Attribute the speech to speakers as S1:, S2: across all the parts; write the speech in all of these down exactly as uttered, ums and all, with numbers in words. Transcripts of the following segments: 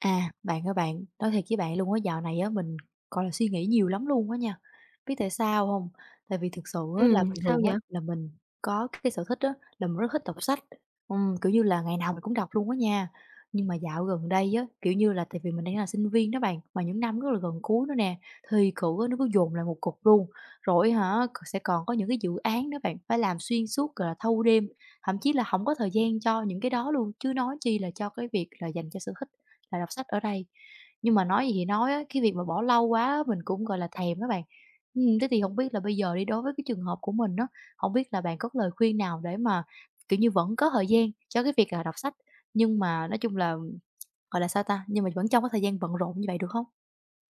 S1: À, bạn ơi bạn, nói thiệt với bạn luôn á, dạo này á mình, gọi là, suy nghĩ nhiều lắm luôn á nha. Biết tại sao không? Tại vì thực sự á là
S2: Ừm,
S1: bình
S2: sao
S1: thường á
S2: vậy?
S1: là mình có cái sở thích á là mình rất thích đọc sách, ừm, kiểu như là, ngày nào mình cũng đọc luôn á nha. Nhưng mà dạo gần đây á, kiểu như là, tại vì mình đang là sinh viên đó bạn, mà những năm rất là gần cuối nữa nè, thì cử á nó cứ dồn lại một cục luôn. Rồi hả, sẽ còn có những cái dự án đó bạn, phải làm xuyên suốt, gọi là, thâu đêm, thậm chí là không có thời gian cho những cái đó luôn, chứ nói chi là cho cái việc là dành cho sở thích là đọc sách ở đây. Nhưng mà nói gì thì nói á, cái việc mà bỏ lâu quá á, mình cũng, gọi là, thèm á bạn. Ừm, thế thì không biết là bây giờ đi, đối với cái trường hợp của mình á, không biết là bạn có lời khuyên nào để mà, kiểu như, vẫn có thời gian cho cái việc, là đọc sách, nhưng mà nói chung là, gọi là, sao ta, nhưng mà vẫn trong cái thời gian bận rộn như vậy được không?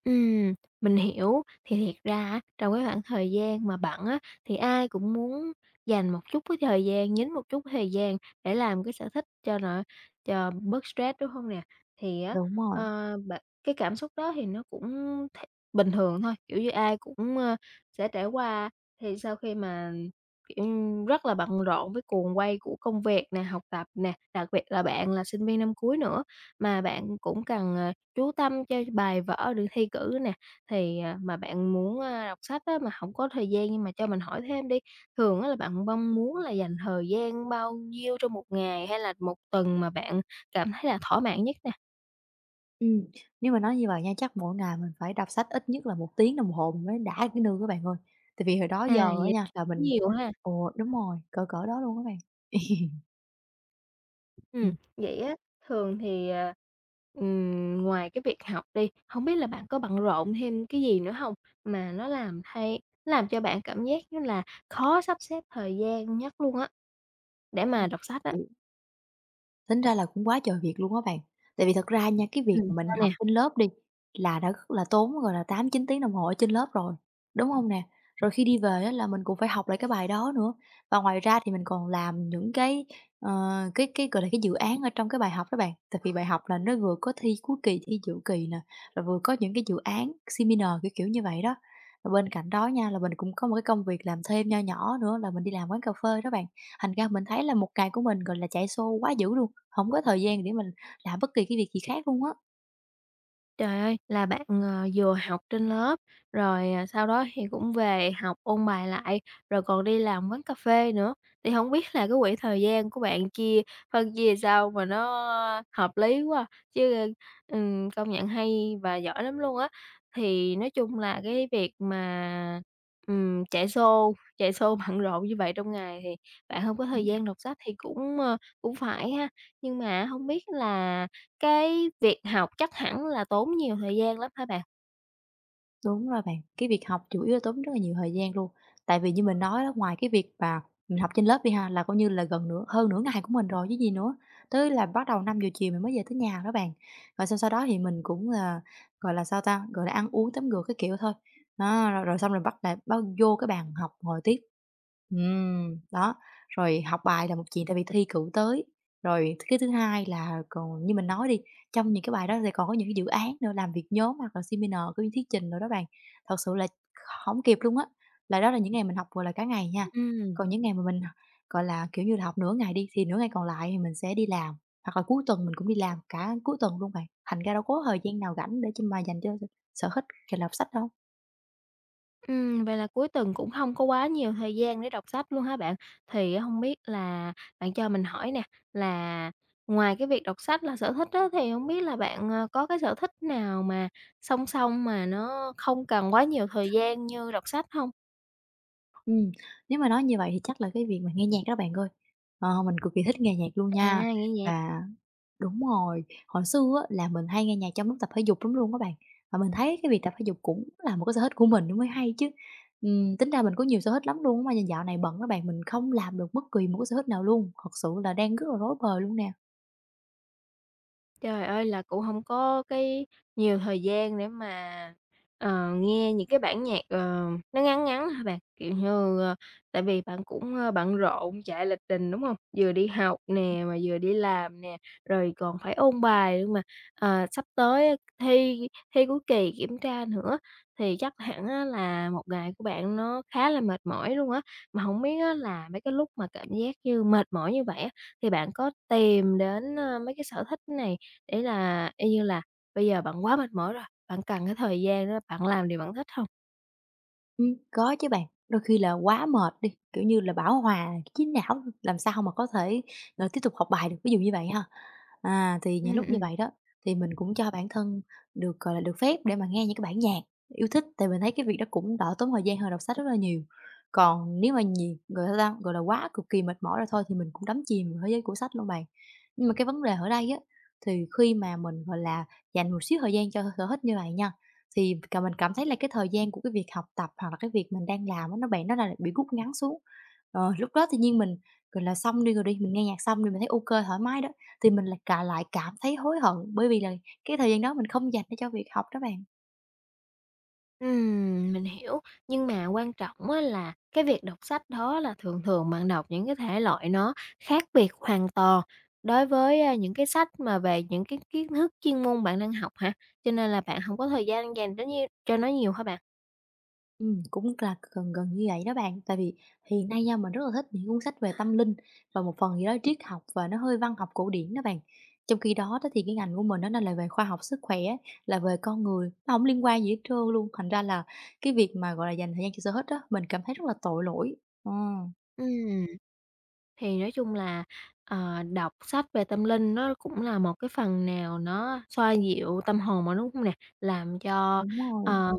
S2: Ừm, mình hiểu. Thì thiệt ra á, trong cái khoảng thời gian mà bận á, thì ai cũng muốn dành một chút cái thời gian, nhín một chút thời gian để làm cái sở thích cho nó cho bớt stress, đúng hông nè? Thì á,
S1: Đúng rồi,
S2: ờ, bạn cái cảm xúc đó thì nó cũng th bình thường thôi, kiểu như, ai cũng, ơ, sẽ trải qua. Thì sau khi mà, kiểu, rất là bận rộn với cuồng quay của công việc nè, học tập nè, đặc biệt là bạn là sinh viên năm cuối nữa, mà bạn cũng cần, ờ chú tâm cho bài vở được thi cử nè, thì, à, mà bạn muốn, a, đọc sách á, mà không có thời gian nhưng mà cho mình hỏi thêm đi, thường á là bạn mong muốn là dành thời gian bao nhiêu trong một ngày hay là một tuần mà bạn cảm thấy là thỏa mãn nhất nè?
S1: ừm, nếu mà nói như vậy nha, chắc mỗi ngày mình phải đọc sách ít nhất là một tiếng đồng hồ mình mới đã cái nương các bạn ơi. Tại vì hồi đó
S2: À,
S1: giờ á
S2: vậy
S1: nha, là
S2: cũng
S1: mình
S2: nhiều ha.
S1: ồ, đúng rồi, cỡ cỡ đó luôn các bạn.
S2: Ừm,
S1: Ừm,
S2: vậy á, thường thì, à, ừm, ngoài cái việc học đi, không biết là bạn có bận rộn thêm cái gì nữa không. Mà nó làm thay làm cho bạn cảm giác như là khó sắp xếp thời gian nhất luôn á, để
S1: ừm.
S2: mà đọc sách á.
S1: Tính ra là cũng quá trời việc luôn á bạn. Tại vì thật ra nha, cái việc
S2: Ừm,
S1: mà mình
S2: sao
S1: học
S2: nè?
S1: trên lớp đi, là đã rất là tốn, gọi là, tám chín tiếng đồng hồ ở trên lớp rồi, đúng không nè? Rồi khi đi về á là mình cũng phải học lại cái bài đó nữa. Và ngoài ra thì mình còn làm những cái, ờ, cái cái, gọi là, cái dự án ở trong cái bài học đó bạn. Tại vì bài học là nó vừa có thi cuối kỳ, thi dự kỳ nè, rồi vừa có những cái dự án seminar, kiểu, kiểu như vậy đó. Và bên cạnh đó nha, là mình cũng có một cái công việc làm thêm nho nhỏ nữa là mình đi làm quán cà phê đó bạn. Thành ra mình thấy là một ngày của mình, gọi là, chạy xô quá dữ luôn, không có thời gian để mình làm bất kỳ cái việc gì khác luôn á.
S2: Trời ơi, là bạn, ờ, vừa học trên lớp, rồi, à, sau đó thì cũng về học ôn bài lại, rồi còn đi làm quán cà phê nữa, thì không biết là cái quỹ thời gian của bạn chia phân chia sao mà nó hợp lý quá, à. Chứ, ừm, công nhận hay và giỏi lắm luôn á. Thì nói chung là cái việc mà, ừm, chạy xô chạy xô bận rộn như vậy trong ngày thì bạn không có thời
S1: Ừm.
S2: gian đọc sách thì cũng, ơ, cũng phải ha. Nhưng mà không biết là cái việc học chắc hẳn là tốn nhiều thời gian lắm hả bạn?
S1: Đúng rồi bạn, cái việc học chủ yếu là tốn rất là nhiều thời gian luôn. Tại vì như mình nói đó, ngoài cái việc mà mình học trên lớp đi ha, là coi như là gần nửa hơn nửa ngày của mình rồi chứ gì nữa. Tới là bắt đầu năm giờ chiều mình mới về tới nhà đó bạn. Rồi sau sau đó thì mình cũng là, gọi là, sao ta, gọi là, ăn uống tắm rửa cái kiểu thôi. Đó, rồi rồi xong rồi bắt lại bao vô cái bàn học ngồi tiếp. Ừm, đó, rồi học bài là một chuyện tại vì thi cử tới. Rồi cái thứ hai là còn như mình nói đi, trong những cái bài đó thì còn có những cái dự án nữa, làm việc nhóm hoặc là seminar, có những thuyết trình rồi đó bạn. Thật sự là hổng kịp luôn á, là đó là những ngày mình học, gọi là, cả ngày nha.
S2: Ừm.
S1: Còn những ngày mà mình h gọi là, kiểu như là, học nửa ngày đi, thì nửa ngày còn lại thì mình sẽ đi làm, hoặc là cuối tuần mình cũng đi làm cả cuối tuần luôn bạn, thành ra đâu có thời gian nào rảnh để cho mà dành cho s sở thích, là, đọc sách đâu.
S2: Ừm, vậy là cuối tuần cũng không có quá nhiều thời gian để đọc sách luôn hả bạn? Thì á hông biết là bạn cho mình hỏi nè, là ngoài cái việc đọc sách là sở thích á, thì không biết là bạn, ờ, có cái sở thích nào mà song song mà nó không cần quá nhiều thời gian như đọc sách không?
S1: Ừm, nếu mà nói như vậy thì chắc là cái việc mà nghe nhạc đó bạn ơi, ờ, mình cực kỳ thích nghe nhạc luôn
S2: À,
S1: nha.
S2: nghe vậy.
S1: Và Đúng rồi, hồi xưa á là mình hay nghe nhạc trong lúc tập thể dục lắm luôn các bạn, và mình thấy cái việc tập thể dục cũng là một cái sở thích của mình nó mới hay chứ. Ừm, tính ra mình có nhiều sở thích lắm luôn á, mà dạo này bận các bạn, mình không làm được bất kỳ một cái sở thích nào luôn, thật sự là đang rất là rối bời luôn nè.
S2: Trời ơi, là cũng hổng có cái nhiều thời gian để mà, ờ, nghe những cái bản nhạc, ờ, nó ngắn ngắn hả bạn? Kiểu như, ờ, tại vì bạn cũng, ơ, bận rộn chạy lịch trình, đúng hông? Vừa đi học nè, mà vừa đi làm nè, rồi còn phải ôn bài nữa mà, ờ, sắp tới á thi thi cuối kỳ, kiểm tra nữa, thì chắc hẳn á là một ngày của bạn nó khá là mệt mỏi luôn á. Mà hổng biết á là mấy cái lúc mà cảm giác như mệt mỏi như vậy á, thì bạn có tìm đến, ơ, mấy cái sở thích này để là y như là bây giờ bạn quá mệt mỏi rồi, bạn cần cái thời gian đó bạn làm điều bạn thích không?
S1: Ừm, có chứ bạn, đôi khi là quá mệt đi, kiểu như là, bão hòa trí não, làm sao mà có thể, ờ, tiếp tục học bài được, ví dụ như vậy ha. À, thì
S2: Ừ,
S1: những lúc như
S2: ừm.
S1: vậy đó, thì mình cũng cho bản thân được, gọi là, được phép để mà nghe những cái bản nhạc yêu thích, tại mình thấy cái việc đó cũng đỡ tốn thời gian hơn đọc sách rất là nhiều. Còn nếu mà nhiều gọi là sao gọi là, quá cực kỳ mệt mỏi rồi thôi thì mình cũng đắm chìm vào thế giới của sách luôn bạn. Nhưng mà cái vấn đề ở đây á, thì khi mà mình, gọi là, dành một xíu thời gian cho sở thích như vậy nha, thì cả mình cảm thấy là cái thời gian của cái việc học tập hoặc là cái việc mình đang làm á, nó bạn nó là bị rút ngắn xuống. Ờ, lúc đó tự nhiên mình, gọi là, xong đi rồi đi, mình nghe nhạc xong rồi mình thấy ok thoải mái đó, thì mình lại cả lại cảm thấy hối hận, bởi vì là cái thời gian đó mình không dành để cho việc học đó bạn.
S2: Ừm, mình hiểu, nhưng mà quan trọng á là cái việc đọc sách đó là thường thường bạn đọc những cái thể loại nó khác biệt hoàn toàn đối với, a, những cái sách mà về những cái kiến thức chuyên môn bạn đang học hả? Cho nên là bạn không có thời gian dành đến nhiêu cho nó nhiều hả bạn?
S1: Ừm, cũng là gần gần như vậy đó bạn. Tại vì hiện nay nha, mình rất là thích những cuốn sách về tâm linh và một phần gì đó triết học và nó hơi văn học cổ điển đó bạn. Trong khi đó đó thì cái ngành của mình á, nó là về khoa học sức khỏe, là về con người, nó không liên quan gì hết trơn luôn, thành ra là cái việc mà, gọi là, dành thời gian cho sở thích á, mình cảm thấy rất là tội lỗi. Ờ.
S2: Ừm. Thì nói chung là, ờ, đọc sách về tâm linh nó cũng là một cái phần nào nó xoa dịu tâm hồn mà đúng hông nè? Làm cho,
S1: Đúng rồi.
S2: ờm,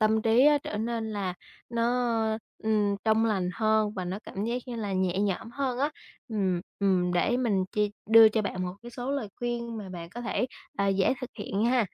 S2: tâm trí á trở nên là nó, ừm, trong lành hơn và nó cảm giác như là nhẹ nhõm hơn á. Ừm, ừm, để mình chia đưa cho bạn một cái số lời khuyên mà bạn có thể, à, dễ thực hiện ha.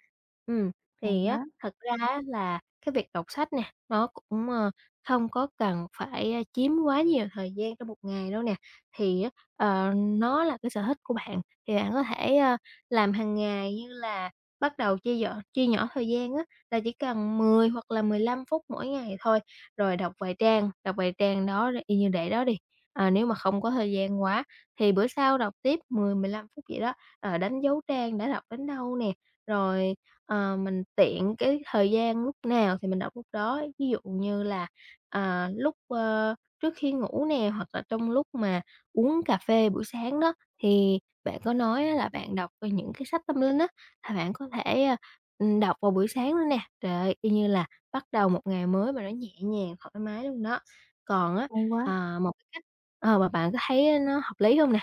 S2: Ừm,
S1: Hay
S2: thì á,
S1: quá!
S2: thật ra á là cái việc đọc sách nè, nó cũng, ờ không có cần phải, a, chiếm quá nhiều thời gian trong một ngày đâu nè, thì á, ờ, nó là cái sở thích của bạn, thì bạn có thể, ơ, làm hàng ngày như là bắt đầu chia nhỏ, chia nhỏ thời gian á, là chỉ cần mười hoặc là mười lăm phút mỗi ngày thôi, rồi đọc vài trang, đọc vài trang đó rồi y như để đó đi. Ờ, nếu mà không có thời gian quá thì bữa sau đọc tiếp mười, mười lăm phút vậy đó, ờ, đánh dấu trang đã đọc đến đâu nè, rồi, ờ, mình tiện cái thời gian lúc nào thì mình đọc lúc đó. Ví dụ như là À, lúc, ơ, trước khi ngủ nè, hoặc là trong lúc mà uống cà phê buổi sáng đó, thì bạn có nói á là bạn đọc về những cái sách tâm linh á, là bạn có thể, a, ừm, đọc vào buổi sáng luôn nè. Trời ơi, y như là bắt đầu một ngày mới mà nó nhẹ nhàng, thoải mái luôn đó. Còn á,
S1: Hay quá!
S2: à, một cái cách ờ, mà bạn có thấy nó hợp lý không nè?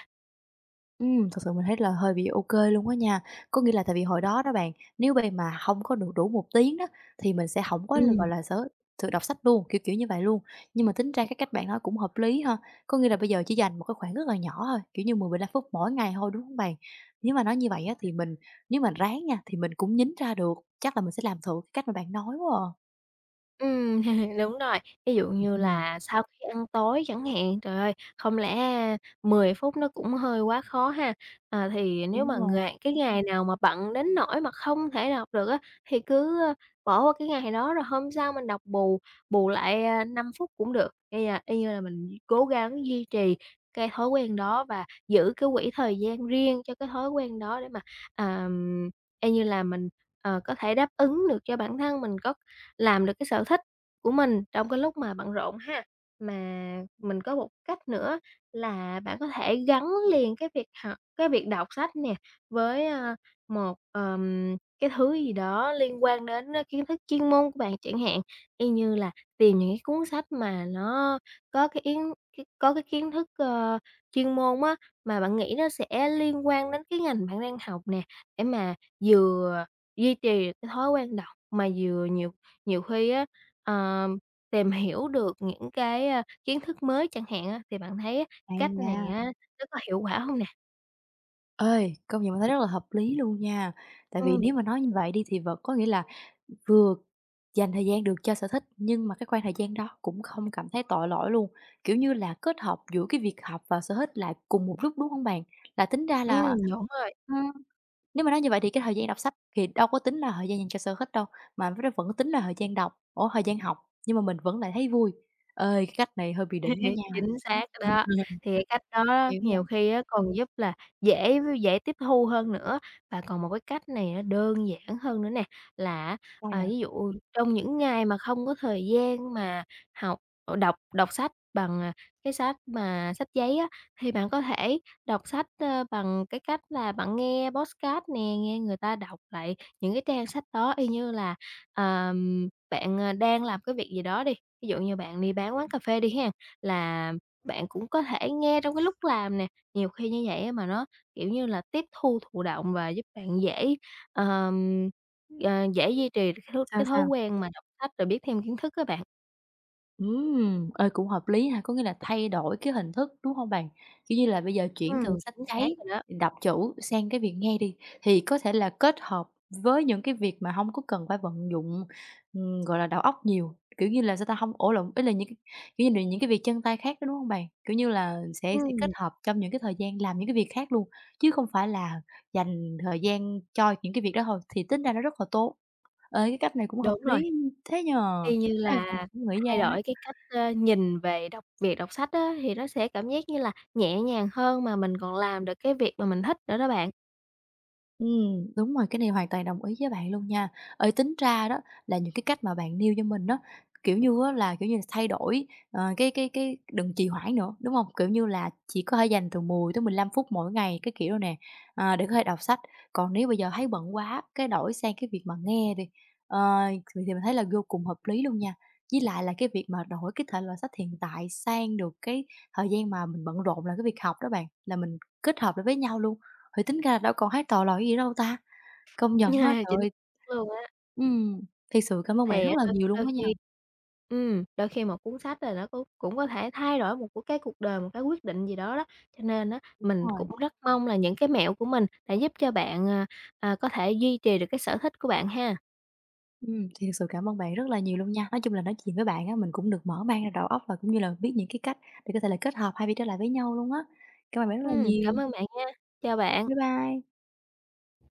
S1: Ừm, thực sự mình thấy là hơi bị ô kê luôn á nha. Có nghĩa là tại vì hồi đó đó bạn, nếu bây mà hông có được đủ một tiếng đó, thì mình sẽ hổng có, gọi
S2: Ừm.
S1: là, sở sự đọc sách luôn, kiểu, kiểu như vậy luôn. Nhưng mà tính ra cái cách bạn nói cũng hợp lý ha, có nghĩa là bây giờ chỉ dành một cái khoảng rất là nhỏ thôi, kiểu như mười mười lăm phút mỗi ngày thôi, đúng hông bạn? Nếu mà nói như vậy á thì mình nếu mà ráng nha, thì mình cũng nhín ra được, chắc là mình sẽ làm thử cái cách mà bạn nói quá à.
S2: Ừm, đúng rồi. Ví dụ như
S1: Ừm,
S2: là sau khi ăn tối chẳng hạn, trời ơi, không lẽ mười phút nó cũng hơi quá khó ha? Ờ, thì nếu
S1: đúng
S2: mà
S1: rồi,
S2: ngày cái ngày nào mà bận đến nỗi mà không thể đọc được á, thì cứ, ơ, bỏ qua cái ngày đó rồi hôm sau mình đọc bù, bù lại, a, năm phút cũng được. Bây giờ y như là mình cố gắng duy trì cái thói quen đó và giữ cái quỹ thời gian riêng cho cái thói quen đó để mà, ờm, y như là mình, ờ, có thể đáp ứng được cho bản thân mình có làm được cái sở thích của mình trong cái lúc mà bận rộn ha. Mà mình có một cách nữa là bạn có thể gắn liền cái việc học cái việc đọc sách nè, với, a, một, ờm, cái thứ gì đó liên quan đến á kiến thức chuyên môn của bạn chẳng hạn, y như là tìm những cái cuốn sách mà nó có cái yến cái có cái kiến thức, ơ, chuyên môn á, mà bạn nghĩ nó sẽ liên quan đến cái ngành bạn đang học nè, để mà vừa duy trì được cái thói quen đọc mà vừa nhiều nhiều khi á, ờ, tìm hiểu được những cái, a, kiến thức mới chẳng hạn á, thì bạn thấy á, cái
S1: hay
S2: cách này
S1: nha.
S2: á, nó có hiệu quả không nè?
S1: Ơi, công nhận mình thấy rất là hợp lý luôn nha. Tại vì
S2: Ừm,
S1: nếu mà nói như vậy đi thì vẫn có nghĩa là vừa dành thời gian được cho sở thích, nhưng mà cái khoảng thời gian đó cũng không cảm thấy tội lỗi luôn. Kiểu như là, kết hợp giữa cái việc học và sở thích lại cùng một lúc, đúng không bạn? Là tính ra
S2: ừm,
S1: là
S2: đúng rồi.
S1: ừm, nếu mà nói như vậy thì cái thời gian đọc sách thì đâu có tính là thời gian dành cho sở thích đâu, mà nó vẫn tính là thời gian đọc ủa, thời gian học, nhưng mà mình vẫn lại thấy vui. Ơi, cái cách này hơi bị đỉnh đó nha.
S2: Chính xác rồi đó. Thì cái cách đó
S1: Hiểu rồi,
S2: nhiều khi á còn giúp là dễ dễ tiếp thu hơn nữa. Và còn một cái cách này nó đơn giản hơn nữa nè, là
S1: sao
S2: à,
S1: vậy?
S2: ví dụ trong những ngày mà không có thời gian mà học ờ, đọc đọc sách bằng, à, cái sách mà sách giấy á, thì bạn có thể đọc sách, ơ, bằng cái cách là bạn nghe podcast nè, nghe người ta đọc lại những cái trang sách đó y như là, ờm, bạn, à, đang làm cái việc gì đó đi, ví dụ như bạn đi bán quán cà phê đi ha là bạn cũng có thể nghe trong cái lúc làm nè, nhiều khi như vậy á mà nó, kiểu như là, tiếp thu thụ động và giúp bạn dễ, ờm, ờ, dễ duy trì cái thói
S1: Sao,
S2: cái thói
S1: sao?
S2: quen mà đọc sách rồi biết thêm kiến thức các bạn.
S1: Ừm, ơi cũng hợp lý ha, có nghĩa là thay đổi cái hình thức, đúng không bạn? Kiểu như là, bây giờ chuyển
S2: Ừm,
S1: từ sách
S2: chính xác
S1: giấy,
S2: rồi đó.
S1: đọc chữ sang cái việc nghe đi, thì có thể là kết hợp với những cái việc mà không có cần phải vận dụng, ừm, gọi là, đầu óc nhiều, kiểu như là, sao ta, không ổ lộn, ý là những cái kiểu như là, những cái việc chân tay khác đó, đúng không bạn? Kiểu như là, sẽ sẽ kết
S2: Ừm,
S1: hợp trong những cái thời gian làm những cái việc khác luôn, chứ không phải là dành thời gian cho những cái việc đó thôi, thì tính ra nó rất là tốt. Ơi cái cách này cũng hợp
S2: đúng rồi,
S1: lý thế nhỉ?
S2: y như
S1: Ê, mình
S2: là
S1: cũng nghĩ ra.
S2: thay đổi cái cách, ơ, nhìn về đọc việc đọc sách á, thì nó sẽ cảm giác như là nhẹ nhàng hơn mà mình còn làm được cái việc mà mình thích nữa đó bạn.
S1: Ừm, đúng rồi, cái này hoàn toàn đồng ý với bạn luôn nha. Ờ, tính ra đó là những cái cách mà bạn nêu cho mình đó kiểu như á là, kiểu như, là thay đổi, ờ, cái cái cái đừng trì hoãn nữa, đúng không? Kiểu như là, chỉ có thể dành từ mười tới mười lăm phút mỗi ngày, cái kiểu đó nè, à, để có thể đọc sách. Còn nếu bây giờ thấy bận quá, cái đổi sang cái việc mà nghe đi, ờ, thì thì mình thấy là vô cùng hợp lý luôn nha. Với lại là cái việc mà đổi cái thể loại sách hiện tại sang được cái thời gian mà mình bận rộn là cái việc học đó bạn, là mình kết hợp lại với nhau luôn. Thì tính ra là đâu còn hát tò lò gì đâu ta, công nhận á, trời
S2: Chính
S1: ơi.
S2: xác luôn á.
S1: Ừm, thiệt sự cảm ơn bạn
S2: Thì
S1: rất
S2: á
S1: là
S2: đôi
S1: nhiều luôn
S2: đôi
S1: á nha,
S2: khi ừm, đôi khi một cuốn sách là nó cũng cũng có thể thay đổi một của cái cuộc đời, một cái quyết định gì đó đó. Cho nên á,
S1: đúng
S2: mình
S1: rồi,
S2: cũng rất mong là những cái mẹo của mình đã giúp cho bạn, à, à, có thể duy trì được cái sở thích của bạn ha.
S1: ừm, thì thực sự cảm ơn bạn rất là nhiều luôn nha. Nói chung là nói chuyện với bạn á, mình cũng được mở mang ra đầu óc và cũng như là biết những cái cách để có thể là kết hợp hai việc đó lại với nhau luôn á. Cảm ơn bạn rất là
S2: Ừm,
S1: nhiều.
S2: cảm ơn bạn nha, chào bạn.
S1: Bye bye.